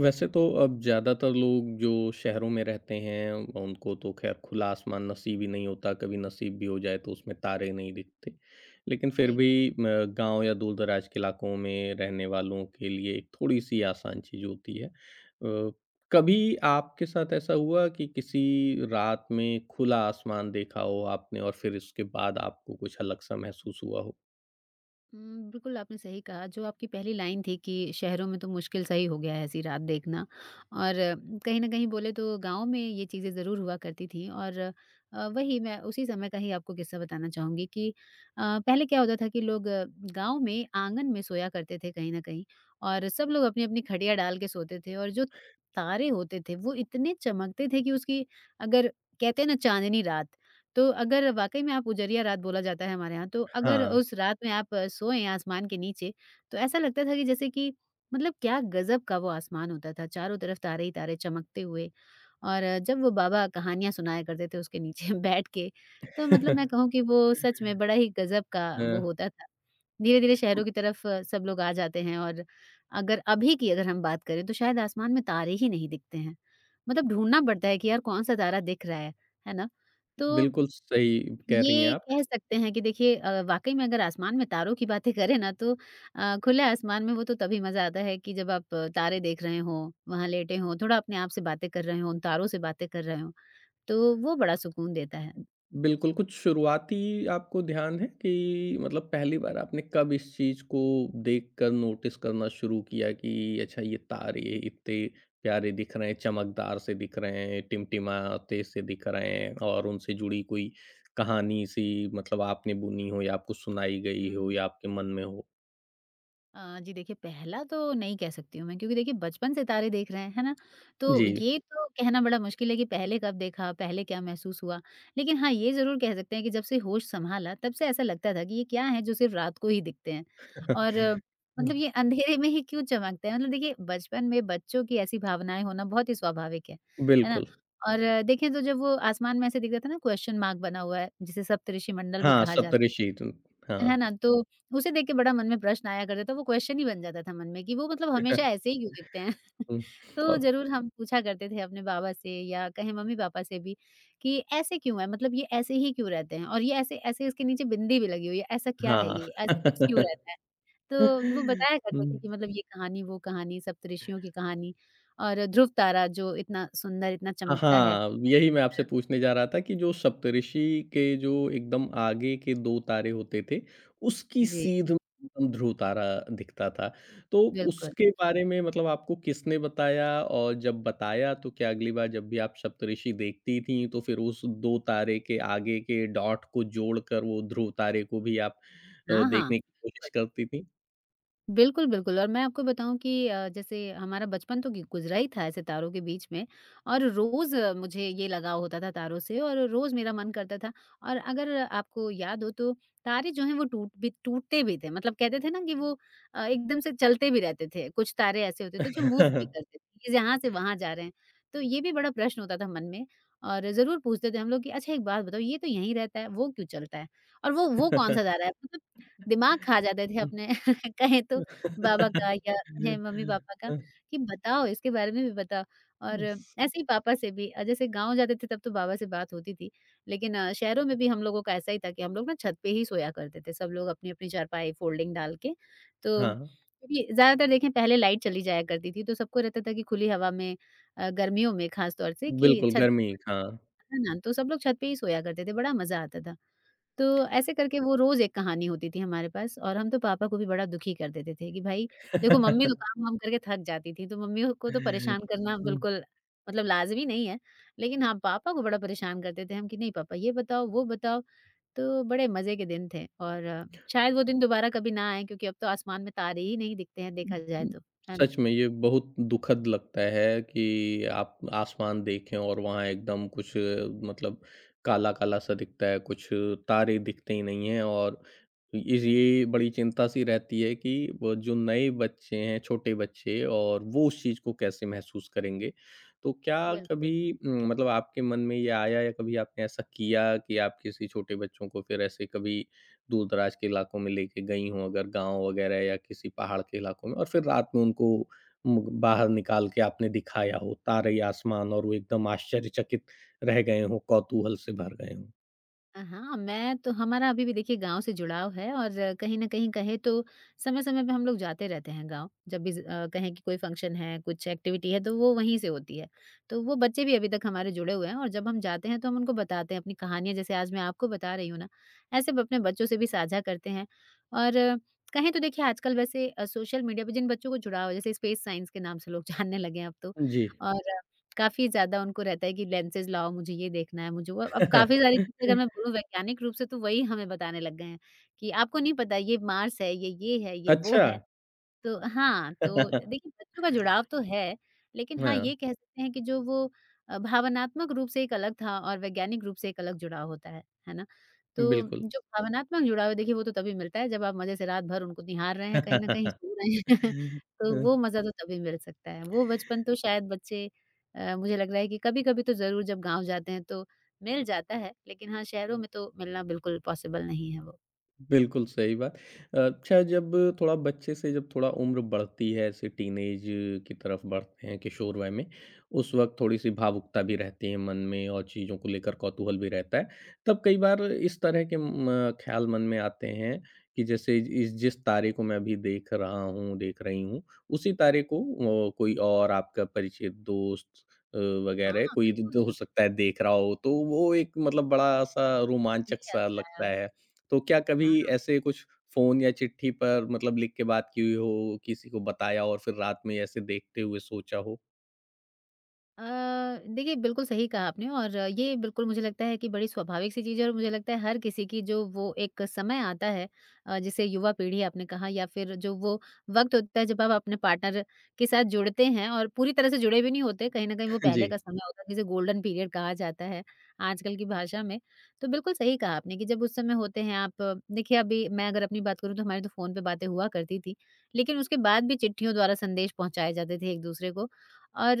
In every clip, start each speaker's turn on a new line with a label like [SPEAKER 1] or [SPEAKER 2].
[SPEAKER 1] वैसे तो अब ज़्यादातर लोग जो शहरों में रहते हैं, उनको तो खैर खुला आसमान नसीब ही नहीं होता। कभी नसीब भी हो जाए तो उसमें तारे नहीं दिखते। लेकिन फिर
[SPEAKER 2] सही
[SPEAKER 1] भी
[SPEAKER 2] कहा।
[SPEAKER 1] गांव या दूर दराज के इलाकों में रहने वालों के लिए एक थोड़ी सी आसान चीज़ होती है। कभी आपके साथ ऐसा हुआ कि किसी रात में खुला आसमान देखा हो आपने और फिर इसके बाद आपको कुछ अलग सा महसूस हुआ हो?
[SPEAKER 2] बिल्कुल आपने सही कहा, जो आपकी पहली लाइन थी कि शहरों में तो मुश्किल सही हो गया है ऐसी रात देखना और कहीं न कहीं बोले तो गाँव में ये चीज़ें ज़रूर हुआ करती थी और वही मैं उसी समय का ही आपको किस्सा बताना चाहूँगी कि पहले क्या होता था कि लोग गाँव में आँगन में सोया करते थे कहीं न कहीं और सब लोग अपनी-अपनी खटिया डाल के सोते थे और जो तारे होते थे, वो इतने चमकते थे कि उसकी अगर कहते हैं ना चाँदनी रात तो अगर वाक़ई में आप उजरिया रात बोला जाता है हमारे यहाँ, तो अगर
[SPEAKER 1] हाँ।
[SPEAKER 2] उस रात में आप सोए आसमान के नीचे, तो ऐसा लगता था कि जैसे कि मतलब क्या गज़ब का वो आसमान होता था, चारों तरफ तारे ही तारे चमकते हुए। और जब वो बाबा कहानियाँ सुनाया करते थे उसके नीचे बैठ के, तो मतलब मैं कहूँ कि वो सच में बड़ा ही गज़ब का
[SPEAKER 1] अ,
[SPEAKER 2] वो होता था। धीरे-धीरे शहरों की तरफ सब लोग आ जाते हैं और अगर अभी की अगर हम बात करें, तो शायद आसमान में तारे ही नहीं दिखते हैं। मतलब ढूँढना पड़ता है कि यार कौन-सा तारा दिख रहा है ना? तो
[SPEAKER 1] बिल्कुल सही कह रही हैं
[SPEAKER 2] ये
[SPEAKER 1] आप।
[SPEAKER 2] कह सकते हैं कि देखिए वाक़ई में अगर आसमान में तारों की बातें करें ना तो खुले आसमान में वो तो तभी मज़ा आता है कि जब आप तारे देख रहे हों, वहाँ लेटे हों, थोड़ा अपने आप से बातें कर रहे हों, उन तारों से बातें कर रहे हों, तो वो बड़ा सुकून देता है।
[SPEAKER 1] बिल्कुल, कुछ शुरुआती आपको ध्यान है कि मतलब पहली बार आपने कब इस चीज़ को देखकर नोटिस करना शुरू किया कि अच्छा ये तारे इतने प्यारे दिख रहे हैं, चमकदार से दिख रहे हैं, टिमटिमाते से दिख रहे हैं और उनसे जुड़ी कोई कहानी सी मतलब आपने बुनी हो या आपको सुनाई गई हो
[SPEAKER 2] हुँ।
[SPEAKER 1] या आपके मन में हो?
[SPEAKER 2] जी देखिए, पहला तो नहीं कह सकती हूँ मैं क्योंकि देखिए बचपन से तारे देख रहे हैं, है ना? तो
[SPEAKER 1] जी।
[SPEAKER 2] ये तो कहना बड़ा मुश्किल है कि पहले कब देखा, पहले क्या महसूस हुआ। लेकिन हाँ, ये ज़रूर कह सकते हैं कि जब से होश सँभाला तब से ऐसा लगता था कि ये क्या है जो सिर्फ़ रात को ही दिखते हैं और मतलब ये अंधेरे में ही क्यों चमकते हैं? मतलब देखिए बचपन में बच्चों की ऐसी भावनाएँ होना बहुत ही स्वाभाविक है ना?
[SPEAKER 1] बिल्कुल।
[SPEAKER 2] और देखें तो जब वो आसमान में ऐसे दिखता था ना क्वेश्चन मार्क बना हुआ है, जिसे सप्तऋषि मंडल भी
[SPEAKER 1] हाँ,
[SPEAKER 2] कहा जाता
[SPEAKER 1] सप्तऋषि द
[SPEAKER 2] है
[SPEAKER 1] हाँ।
[SPEAKER 2] ना? तो उसे देख के बड़ा मन में प्रश्न आया करता था, वो क्वेश्चन ही बन जाता था मन में कि वो मतलब हमेशा ऐसे ही क्यों दिखते हैं?
[SPEAKER 1] हुँ।
[SPEAKER 2] तो
[SPEAKER 1] अ,
[SPEAKER 2] ज़रूर हम पूछा करते थे अपने बाबा से या कहें मम्मी-पापा से भी कि ऐसे क्यों है? मतलब ये ऐसे ही क्यों रहते हैं? और ये ऐसे ऐसे इसके नीचे बिंदी भी लगी हुई है, ऐसा क्या है
[SPEAKER 1] हाँ।
[SPEAKER 2] ये? ऐसा फिक्स क्यों रहता है? तो वो बताया
[SPEAKER 1] हुँ।
[SPEAKER 2] करते थे कि मतलब ये कहानी, वो कहानी, सप्तऋषियों की कहानी और ध्रुव तारा जो इतना सुंदर, इतना चमकता है।
[SPEAKER 1] हाँ, यही मैं आपसे पूछने जा रहा था कि जो सप्तऋषि के जो एकदम आगे के 2 तारे होते थे, उसकी
[SPEAKER 2] जी,
[SPEAKER 1] सीध में एकदम ध्रुव तारा दिखता था। तो
[SPEAKER 2] बिल्कुल।
[SPEAKER 1] उसके बारे में मतलब आपको किसने बताया और जब बताया तो क्या अगली बार जब भी आप सप्तऋषि देखती थीं, तो फिर उस 2 तारे के आगे के डॉट को जोड़कर वो ध्रुव तारे को भी आप
[SPEAKER 2] हाँ, हाँ।
[SPEAKER 1] देखने की कोशिश करती थीं?
[SPEAKER 2] बिल्कुल, बिल्कुल और मैं आपको बताऊँ कि जैसे हमारा बचपन तो गि गुज़रा ही था ऐसे तारों के बीच में और रोज़ मुझे ये लगाव होता था तारों से और रोज़ मेरा मन करता था और अगर आपको याद हो तो तारे जो हैं वो टूटते भी थे मतलब कहते थे ना कि वो एकदम से चलते भी रहते थे, कुछ तारे ऐसे होते थे जो मूव भी करते थे, ये यहाँ से वहाँ जा रहे हैं। तो ये भी बड़ा प्रश्न होता था मन में और ज़रूर पूछते थे हम लोग कि अच्छा एक बात बताओ ये तो यहीं रहता है, वो क्यों चलता है? और वो कौन-सा तारा है? मतलब दिमाग खा जाते थे
[SPEAKER 1] हुँ।
[SPEAKER 2] अपने कहें तो बाबा का या है मम्मी-पापा का कि बताओ इसके बारे में भी बताओ और ऐसे ही पापा से भी जैसे गाँव जाते थे तब तो बाबा से बात होती थी। लेकिन शहरों में भी हम लोगों का ऐसा ही था कि हम लोग ना छत पे ही सोया करते थे। सब लोग अपनी-अपनी चारपाई फ़ोल्डिंग डाल के। तो
[SPEAKER 1] हाँ।
[SPEAKER 2] क्योंकि ज़्यादातर देखें पहले लाइट चली जाया करती थी तो सबको रहता था कि खुली हवा में गर्मियों में ख़ास तौर से कि
[SPEAKER 1] बिल्कुल,
[SPEAKER 2] छत
[SPEAKER 1] गर्मी, हाँ।
[SPEAKER 2] है ना? तो सब लोग छत पे ही सोया करते थे, बड़ा मज़ा आता था। तो ऐसे करके वो रोज़ एक कहानी होती थी हमारे पास और हम तो पापा को भी बड़ा दुखी कर देते थे कि भाई देखो मम्मी तो काम-वाम करके थक जाती थी, तो मम्मी को तो परेशान करना
[SPEAKER 1] हुँ,
[SPEAKER 2] बिल्कुल मतलब लाज़मी नहीं है। लेकिन हाँ, पापा को बड़ा परेशान करते थे हम कि नहीं पापा ये बताओ, वो बताओ, तो बड़े मज़े के दिन थे और शायद वो दिन दोबारा कभी ना आए क्योंकि अब तो आसमान में तारे ही नहीं दिखते हैं देखा जाए तो, है ना?
[SPEAKER 1] सच में ये बहुत दुखद लगता है कि आप आसमान देखें और वहाँ एकदम कुछ मतलब काला-काला सा दिखता है, कुछ तारे दिखते ही नहीं हैं और इस ये बड़ी चिंता-सी रहती है कि वो जो नए बच्चे हैं, छोटे बच्चे और वो उस चीज़ को कैसे महसूस करेंगे। तो क्या
[SPEAKER 2] बिल्कुल।
[SPEAKER 1] कभी मतलब आपके मन में ये आया या कभी आपने ऐसा किया कि आप किसी छोटे बच्चों को फिर ऐसे कभी दूर-दराज के इलाकों में लेके गई हों अगर गाँव वगैरह या किसी पहाड़ के इलाकों में और फिर रात में उनको बाहर निकाल के आपने दिखाया हो, तारे आसमान और वो एकदम आश्चर्यचकित रह गए हों, कौतूहल से भर गए हों?
[SPEAKER 2] हाँ, मैं तो हमारा अभी भी देखिए गाँव से जुड़ाव है और कहीं न कहीं कहें तो समय-समय पे हम लोग जाते रहते हैं गाँव। जब भी कहें कि कोई फंक्शन है, कुछ एक्टिविटी है, तो वो वहीं से होती है। तो वो बच्चे भी अभी तक हमारे जुड़े हुए हैं और जब हम जाते हैं तो हम उनको बताते हैं अपनी कहानियाँ जैसे आज मैं आपको बता रही हूँ ना, ऐसे ब अपने बच्चों से भी साझा करते हैं। और कहें तो देखिए आजकल वैसे सोशल मीडिया पे जिन बच्चों को जुड़ाव है जैसे स्पेस साइंस के नाम से लोग जानने लगे हैं अब तो
[SPEAKER 1] जी।
[SPEAKER 2] और काफ़ी ज़्यादा उनको रहता है कि लेंसेज़ लाओ, मुझे ये देखना है, मुझे वो अब काफ़ी सारी चीज़ें अगर मैं बोलूँ वैज्ञानिक रूप से तो वही हमें बताने लग गए हैं, कि आपको नहीं पता ये मार्स है, ये है, ये वो
[SPEAKER 1] अच्छा।
[SPEAKER 2] है। तो हाँ, तो देखिए बच्चों का जुड़ाव तो है, लेकिन हाँ,
[SPEAKER 1] हाँ,
[SPEAKER 2] ये कह सकते हैं कि जो वो भावनात्मक रूप से एक अलग था और वैज्ञानिक रूप से एक अलग जुड़ाव होता है ना? तो
[SPEAKER 1] बिल्कुल।
[SPEAKER 2] जो भावनात्मक जुड़ाव है देखिए वो तो तभी मिलता है जब आप मज़े से रात भर उनको निहार रहे हैं, कहीं न कहीं सो रहे हैं, तो वो
[SPEAKER 1] हाँ,
[SPEAKER 2] मज़ा तो तभी मिल सकता है। वो बचपन तो शायद बच्चे मुझे लग रहा है कि कभी-कभी तो ज़रूर जब गाँव जाते हैं तो मिल जाता है, लेकिन हाँ, शहरों में तो मिलना बिल्कुल पॉसिबल नहीं है वो।
[SPEAKER 1] बिल्कुल सही बात। अच्छा, जब थोड़ा बच्चे से जब थोड़ा उम्र बढ़ती है ऐसे टीनेज की तरफ बढ़ते हैं किशोरवय में, उस वक़्त थोड़ी-सी भावुकता भी रहती है मन में और चीज़ों को लेकर कौतूहल भी रहता है। तब कई बार इस तरह के म ख़्याल मन में आते हैं कि जैसे इस जिस तारे को मैं अभी देख रहा हूँ, देख रही हूँ, उसी तारे को कोई और आपका परिचित दोस्त अ,
[SPEAKER 2] हाँ,
[SPEAKER 1] वग़ैरह कोई द हो
[SPEAKER 2] बिल्कुल,
[SPEAKER 1] सकता है देख रहा हो, तो वो एक मतलब बड़ा-सा रोमांचक
[SPEAKER 2] सही याद
[SPEAKER 1] सा
[SPEAKER 2] दिलाया
[SPEAKER 1] लगता
[SPEAKER 2] आप।
[SPEAKER 1] है। तो क्या कभी
[SPEAKER 2] हाँ।
[SPEAKER 1] ऐसे कुछ फ़ोन या चिट्ठी पर मतलब लिख के बात की हुई हो, किसी को बताया और फिर रात में ऐसे देखते हुए सोचा हो?
[SPEAKER 2] अ, देखिए बिल्कुल सही कहा आपने और ये बिल्कुल मुझे लगता है कि बड़ी स्वाभाविक सी चीज़ है और मुझे लगता है हर किसी की जो वो एक समय आता है जिसे युवा पीढ़ी आपने कहा या फिर जो वो वक्त होता है जब आप अपने पार्टनर के साथ जुड़ते हैं और पूरी तरह से जुड़े भी नहीं होते कहीं ना कहीं वो पहले
[SPEAKER 1] जी,
[SPEAKER 2] का समय होता है जिसे गोल्डन पीरियड कहा जाता है आजकल की भाषा में तो बिल्कुल सही कहा आपने कि जब उस समय होते हैं आप देखिए अभी मैं अगर अपनी बात करूँ तो हमारी तो फोन पे बातें हुआ करती थी लेकिन उसके बाद भी चिट्ठियों द्वारा संदेश पहुंचाए जाते थे एक दूसरे को और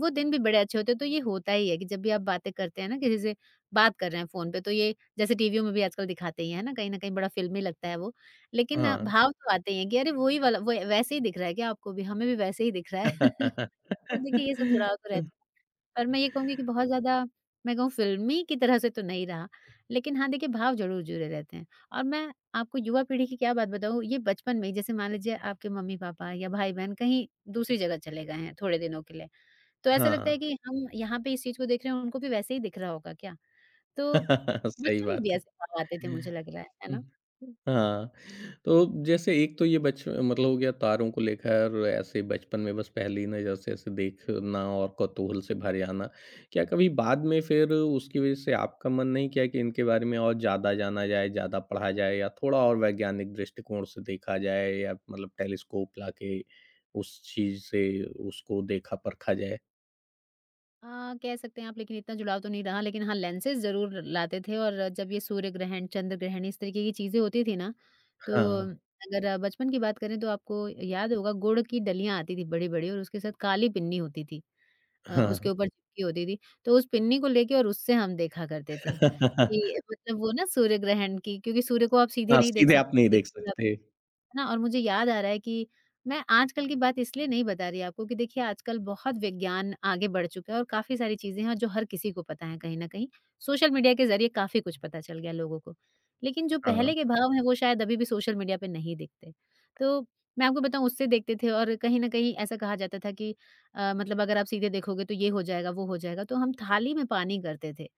[SPEAKER 2] वो दिन भी बड़े अच्छे होते हैं, तो ये होता ही है कि जब भी आप बातें करते हैं ना किसी से बात कर रहे हैं फ़ोन पे, तो ये जैसे टीवीओं में भी आजकल दिखाते ही हैं, है ना? कहीं न कहीं बड़ा फ़िल्मी लगता है वो। लेकिन
[SPEAKER 1] हाँ।
[SPEAKER 2] भाव तो आते ही हैं कि अरे! वो ही वाला वो वैसे ही दिख रहा है क्या आपको भी? हमें भी वैसे ही दिख रहा है। तो देखिए ये सब जुड़ाव तो रहता है। पर मैं ये कहूँगी कि बहुत ज़्यादा मैं कहूँ फ़िल्मी की तरह से तो नहीं रहा, लेकिन हाँ, देखिए भाव ज़रूर जुड़े रहते हैं। और मैं आपको युवा पीढ़ी की क्या बात बताऊँ, ये बचपन में ही जैसे मान लीजिए आपके मम्मी-पापा या भाई-बहन कहीं दूसरी जगह चले गए हैं थोड़े दिनों के लिए। तो ऐसा लगता
[SPEAKER 1] हाँ।
[SPEAKER 2] है कि हम यहाँ पे इस चीज़ को देख रहे हैं, उनको भी वैसे ही दिख रहा होगा क्या? तो
[SPEAKER 1] सही
[SPEAKER 2] बचपन में भी
[SPEAKER 1] बात है।
[SPEAKER 2] ऐसे ख्वाब आते थे
[SPEAKER 1] हुँ।
[SPEAKER 2] मुझे लग रहा है ना?
[SPEAKER 1] हाँ, तो जैसे एक तो ये बच मतलब हो गया तारों को लेकर ऐसे बचपन में बस पहली नज़र से ऐसे देखना और कौतूहल से भर जाना। क्या कभी बाद में फिर उसकी वज़ह से आपका मन नहीं किया कि इनके बारे में और ज़्यादा जाना जाए, ज़्यादा पढ़ा जाए या थोड़ा और वैज्ञानिक दृष्टिकोण से देखा जाए या मतलब टेलिस्कोप लाके उस चीज़ से उसको देखा परखा जाए?
[SPEAKER 2] कह सकते हैं आप लेकिन इतना जुड़ाव तो नहीं रहा लेकिन हाँ, लेंसेज़ ज़रूर लाते थे और जब ये सूर्य ग्रहण, चंद्र ग्रहण इस तरीके की चीज़ें होती थी ना, तो
[SPEAKER 1] हाँ,
[SPEAKER 2] अगर बचपन की बात करें तो आपको याद होगा गुड़ की डलियाँ आती थी बड़ी-बड़ी और उसके साथ काली पिन्नी होती थी। उसके
[SPEAKER 1] हाँ।
[SPEAKER 2] ऊपर चिपकी होती थी, तो उस पिन्नी को लेके और उससे हम देखा करते थे, कि मतलब वो ना सूर्य ग्रहण की क्योंकि सूर्य को आप सीधे
[SPEAKER 1] हाँ,
[SPEAKER 2] नहीं देख
[SPEAKER 1] सीधे आप नहीं
[SPEAKER 2] सकते
[SPEAKER 1] देख सकते।
[SPEAKER 2] है ना? और मुझे याद आ रहा है कि मैं आजकल की बात इसलिए नहीं बता रही आपको कि देखिए आजकल बहुत विज्ञान आगे बढ़ चुका है और काफ़ी सारी चीज़ें हैं जो हर किसी को पता है कहीं न कहीं। सोशल मीडिया के ज़रिए काफ़ी कुछ पता चल गया लोगों को। लेकिन जो
[SPEAKER 1] हाँ,
[SPEAKER 2] पहले के भाव हैं वो शायद अभी भी सोशल मीडिया पे नहीं दिखते। तो मैं आपको बताऊँ उससे देखते थे और कहीं न कहीं ऐसा कहा जाता था कि मतलब अगर आप सीधे देखोगे तो ये हो जाएगा, वो हो जाएगा। तो हम थाली में पानी करते थे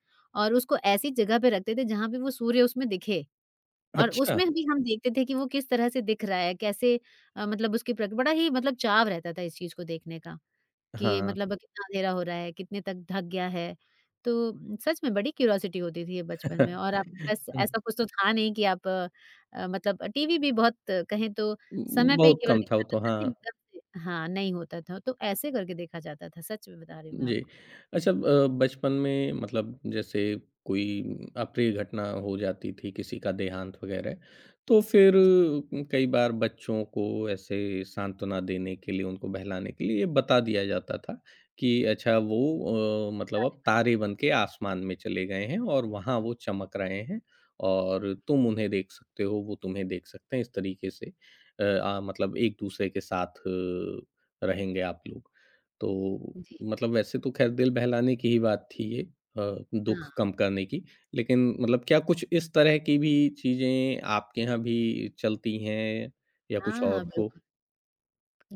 [SPEAKER 2] और उसको ऐसी जगह पे रखते थे जहाँ पे वो सूर्य उसमें दिखे। और
[SPEAKER 1] अच्छा!
[SPEAKER 2] उसमें भी हम देखते थे कि वो किस तरह से दिख रहा है, कैसे मतलब उसकी प्रक बड़ा ही मतलब चाव रहता था इस चीज़ को देखने का, कि
[SPEAKER 1] हाँ।
[SPEAKER 2] मतलब अब कितना अँधेरा हो रहा है, कितने तक ढक गया है। तो सच में बड़ी क्यूरियोसिटी होती थी ये बचपन में और आपके पास
[SPEAKER 1] हुँ,
[SPEAKER 2] ऐसा कुछ तो था नहीं कि आप मतलब टीवी भी बहुत कहें तो समय पे ही
[SPEAKER 1] बहुत
[SPEAKER 2] केवल
[SPEAKER 1] कम था वो
[SPEAKER 2] देखा जाता
[SPEAKER 1] तो,
[SPEAKER 2] था ना
[SPEAKER 1] हाँ।
[SPEAKER 2] एकदम से हाँ, नहीं होता था, तो ऐसे करके देखा जाता था, सच में बता रही हूँ मैं
[SPEAKER 1] जी।
[SPEAKER 2] आपको।
[SPEAKER 1] अच्छा, बचपन में मतलब जैसे कोई अप्रिय घटना हो जाती थी, किसी का देहांत वग़ैरह, तो फिर
[SPEAKER 2] जी,
[SPEAKER 1] कई बार बच्चों को ऐसे सांत्वना देने के लिए, उनको बहलाने के लिए ये बता दिया जाता था कि अच्छा वो मतलब अब तारे बन के आसमान में चले गए हैं और वहाँ वो चमक रहे हैं और तुम उन्हें देख सकते हो, वो तुम्हें देख सकते हैं। इस तरीके से अ, आ मतलब एक-दूसरे के साथ रहेंगे आप लोग। तो
[SPEAKER 2] जी।
[SPEAKER 1] मतलब वैसे तो ख़ैर दिल बहलाने की ही बात थी ये, दुःख
[SPEAKER 2] हाँ,
[SPEAKER 1] कम करने की। लेकिन मतलब क्या कुछ इस तरह की भी चीज़ें आपके यहाँ भी चलती हैं या कुछ
[SPEAKER 2] हाँ,
[SPEAKER 1] और हो?
[SPEAKER 2] बिल्कुल।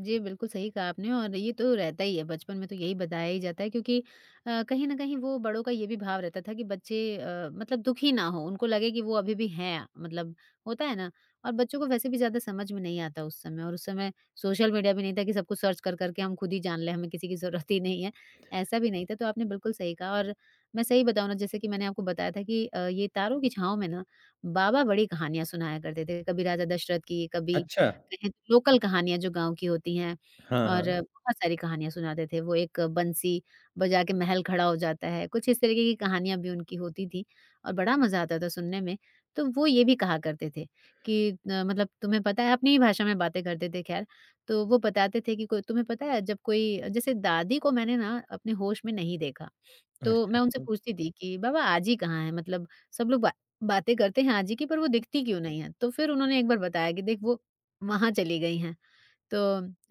[SPEAKER 2] जी, बिल्कुल सही कहा आपने और ये तो रहता ही है, बचपन में तो यही बताया ही जाता है क्योंकि कहीं न कहीं वो बड़ों का ये भी भाव रहता था कि बच्चे मतलब दुखी ना हो, उनको लगे कि वो अभी भी हैं, मतलब होता है ना? और बच्चों को वैसे भी ज़्यादा समझ में नहीं आता उस समय और उस समय सोशल मीडिया भी नहीं था कि सब कुछ सर्च कर, कर के हम खुद ही जान लें, हमें किसी की ज़रूरत ही नहीं है, ऐसा भी नहीं था, तो आपने बिल्कुल सही कहा और मैं सही बताऊँ ना जैसे कि मैंने आपको बताया था कि ये तारों की छाँव में ना बाबा बड़ी कहानियाँ सुनाया करते थे, कभी राजा दशरथ की, कभी
[SPEAKER 1] अच्छा।
[SPEAKER 2] कहें तो लोकल कहानियाँ जो गाँव की होती हैं
[SPEAKER 1] हाँ,
[SPEAKER 2] और
[SPEAKER 1] हाँ।
[SPEAKER 2] बहुत सारी कहानियाँ सुनाते थे। वो एक बंसी बजा के महल खड़ा हो जाता है, कुछ इस तरीके की कहानियाँ भी उनकी होती थी और बड़ा मज़ा आता था सुनने में। तो वो ये भी कहा करते थे कि मतलब तुम्हें पता है अपनी ही भाषा में बातें करते थे खैर। तो वो बताते थे कि कोई तुम्हें पता है जब कोई जैसे दादी को मैंने ना अपने होश में नहीं देखा। तो मैं उनसे
[SPEAKER 1] अच्छा।
[SPEAKER 2] पूछती थी कि बाबा आजी कहाँ है? मतलब सब लोग बा बातें करते हैं आजी की पर वो दिखती क्यों नहीं है? तो फिर उन्होंने एक बार बताया कि देख वो वहाँ चली गई हैं। तो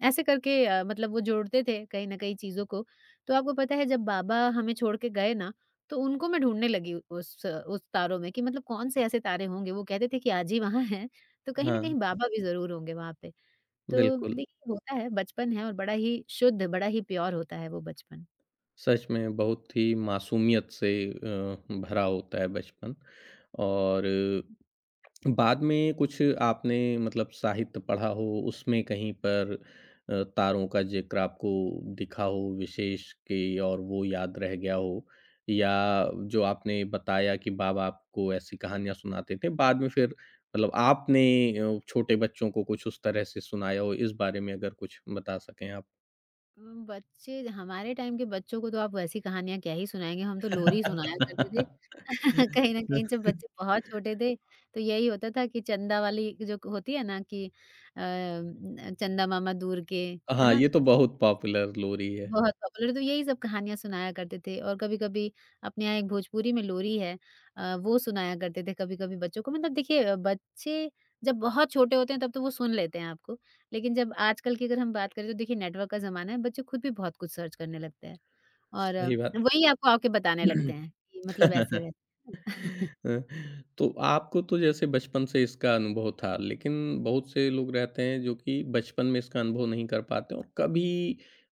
[SPEAKER 2] ऐसे करके मतलब वो जोड़ते थे कहीं न कहीं चीज़ों को। तो आपको पता है जब बाबा हमें छोड़ के गए ना, तो उनको मैं ढूँढने लगी उस तारों में कि मतलब कौन से ऐसे तारे होंगे? वो कहते थे कि आजी वहाँ हैं, तो कहीं न
[SPEAKER 1] हाँ,
[SPEAKER 2] कहीं बाबा भी ज़रूर होंगे वहाँ पे। तो
[SPEAKER 1] बिल्कुल।
[SPEAKER 2] देखिए होता है बचपन है और बड़ा ही शुद्ध, बड़ा ही प्योर होता है वो बचपन।
[SPEAKER 1] सच में बहुत ही मासूमियत से भरा होता है बचपन और बाद में कुछ आपने मतलब साहित्य पढ़ा हो, उसमें कहीं पर तारों का ज़िक्र आपको दिखा हो विशेष के और वो याद रह गया हो? या जो आपने बताया कि बाबा आपको ऐसी कहानियाँ सुनाते थे, बाद में फिर मतलब आपने छोटे बच्चों को कुछ उस तरह से सुनाया हो, इस बारे में अगर कुछ बता सकें आप?
[SPEAKER 2] बच्चे हमारे टाइम के बच्चों को तो आप वैसी कहानियाँ क्या ही सुनाएँगे, हम तो लोरी सुनाया करते थे। कहीं न कहीं जब बच्चे बहुत छोटे थे, तो यही होता था कि चंदा वाली जो होती है ना कि चंदा मामा दूर के, है
[SPEAKER 1] हाँ,
[SPEAKER 2] ना?
[SPEAKER 1] ये तो बहुत पॉपुलर लोरी है।
[SPEAKER 2] बहुत पॉपुलर तो यही सब कहानियाँ सुनाया करते थे और कभी-कभी अपने यहाँ एक भोजपुरी में लोरी है वो सुनाया करते थे कभी-कभी बच्चों को मतलब देखिए बच्चे जब बहुत छोटे होते हैं तब तो वो सुन लेते हैं आपको, लेकिन जब आजकल की अगर हम बात करें तो देखिए नेटवर्क का ज़माना है, बच्चे खुद भी बहुत कुछ सर्च करने लगते हैं और
[SPEAKER 1] सही बात।
[SPEAKER 2] वही आपको आके बताने लगते हैं कि मतलब
[SPEAKER 1] अ,
[SPEAKER 2] ऐसे-वैसे।
[SPEAKER 1] तो आपको तो जैसे बचपन से इसका अनुभव था, लेकिन बहुत से लोग रहते हैं जो कि बचपन में इसका अनुभव नहीं कर पाते और कभी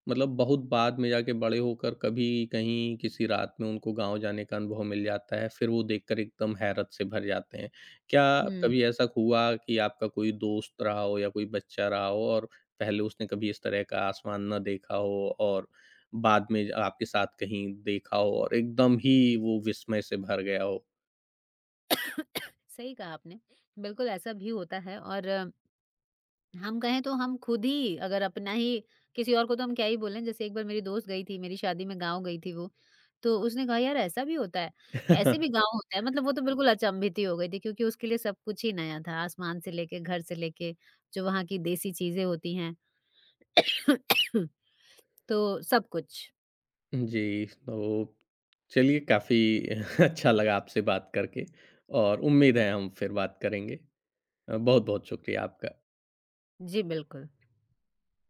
[SPEAKER 1] मतलब बहुत बाद में जाके बड़े होकर कभी कहीं किसी रात में उनको गाँव जाने का अनुभव मिल जाता है, फिर वो देखकर एकदम हैरत से भर जाते हैं। क्या
[SPEAKER 2] हुँ,
[SPEAKER 1] कभी ऐसा हुआ कि आपका कोई दोस्त रहा हो या कोई बच्चा रहा हो और पहले उसने कभी इस तरह का आसमान ना देखा हो और बाद में आपके साथ कहीं देखा हो और एकदम ही वो विस्मय से भर गया हो?
[SPEAKER 2] सही कहा आपने, बिल्कुल ऐसा भी होता है और हम कहें तो हम खुद ही अगर अपना ही किसी और को तो हम क्या ही बोलें। जैसे एक बार मेरी दोस्त गई थी, मेरी शादी में गाँव गई थी वो, तो उसने कहा यार ऐसा भी होता है, ऐसे भी गाँव होता है। मतलब वो तो बिल्कुल अचंभित ही हो गई थी क्योंकि उसके लिए सब कुछ ही नया था, आसमान से लेके घर से लेके जो वहाँ की देसी चीज़ें होती हैं, तो सब कुछ।
[SPEAKER 1] जी, तो चलिए काफ़ी अच्छा लगा आपसे बात करके और उम्मीद है हम फिर बात करेंगे। बहुत-बहुत शुक्रिया आपका।
[SPEAKER 2] जी, बिल्कुल।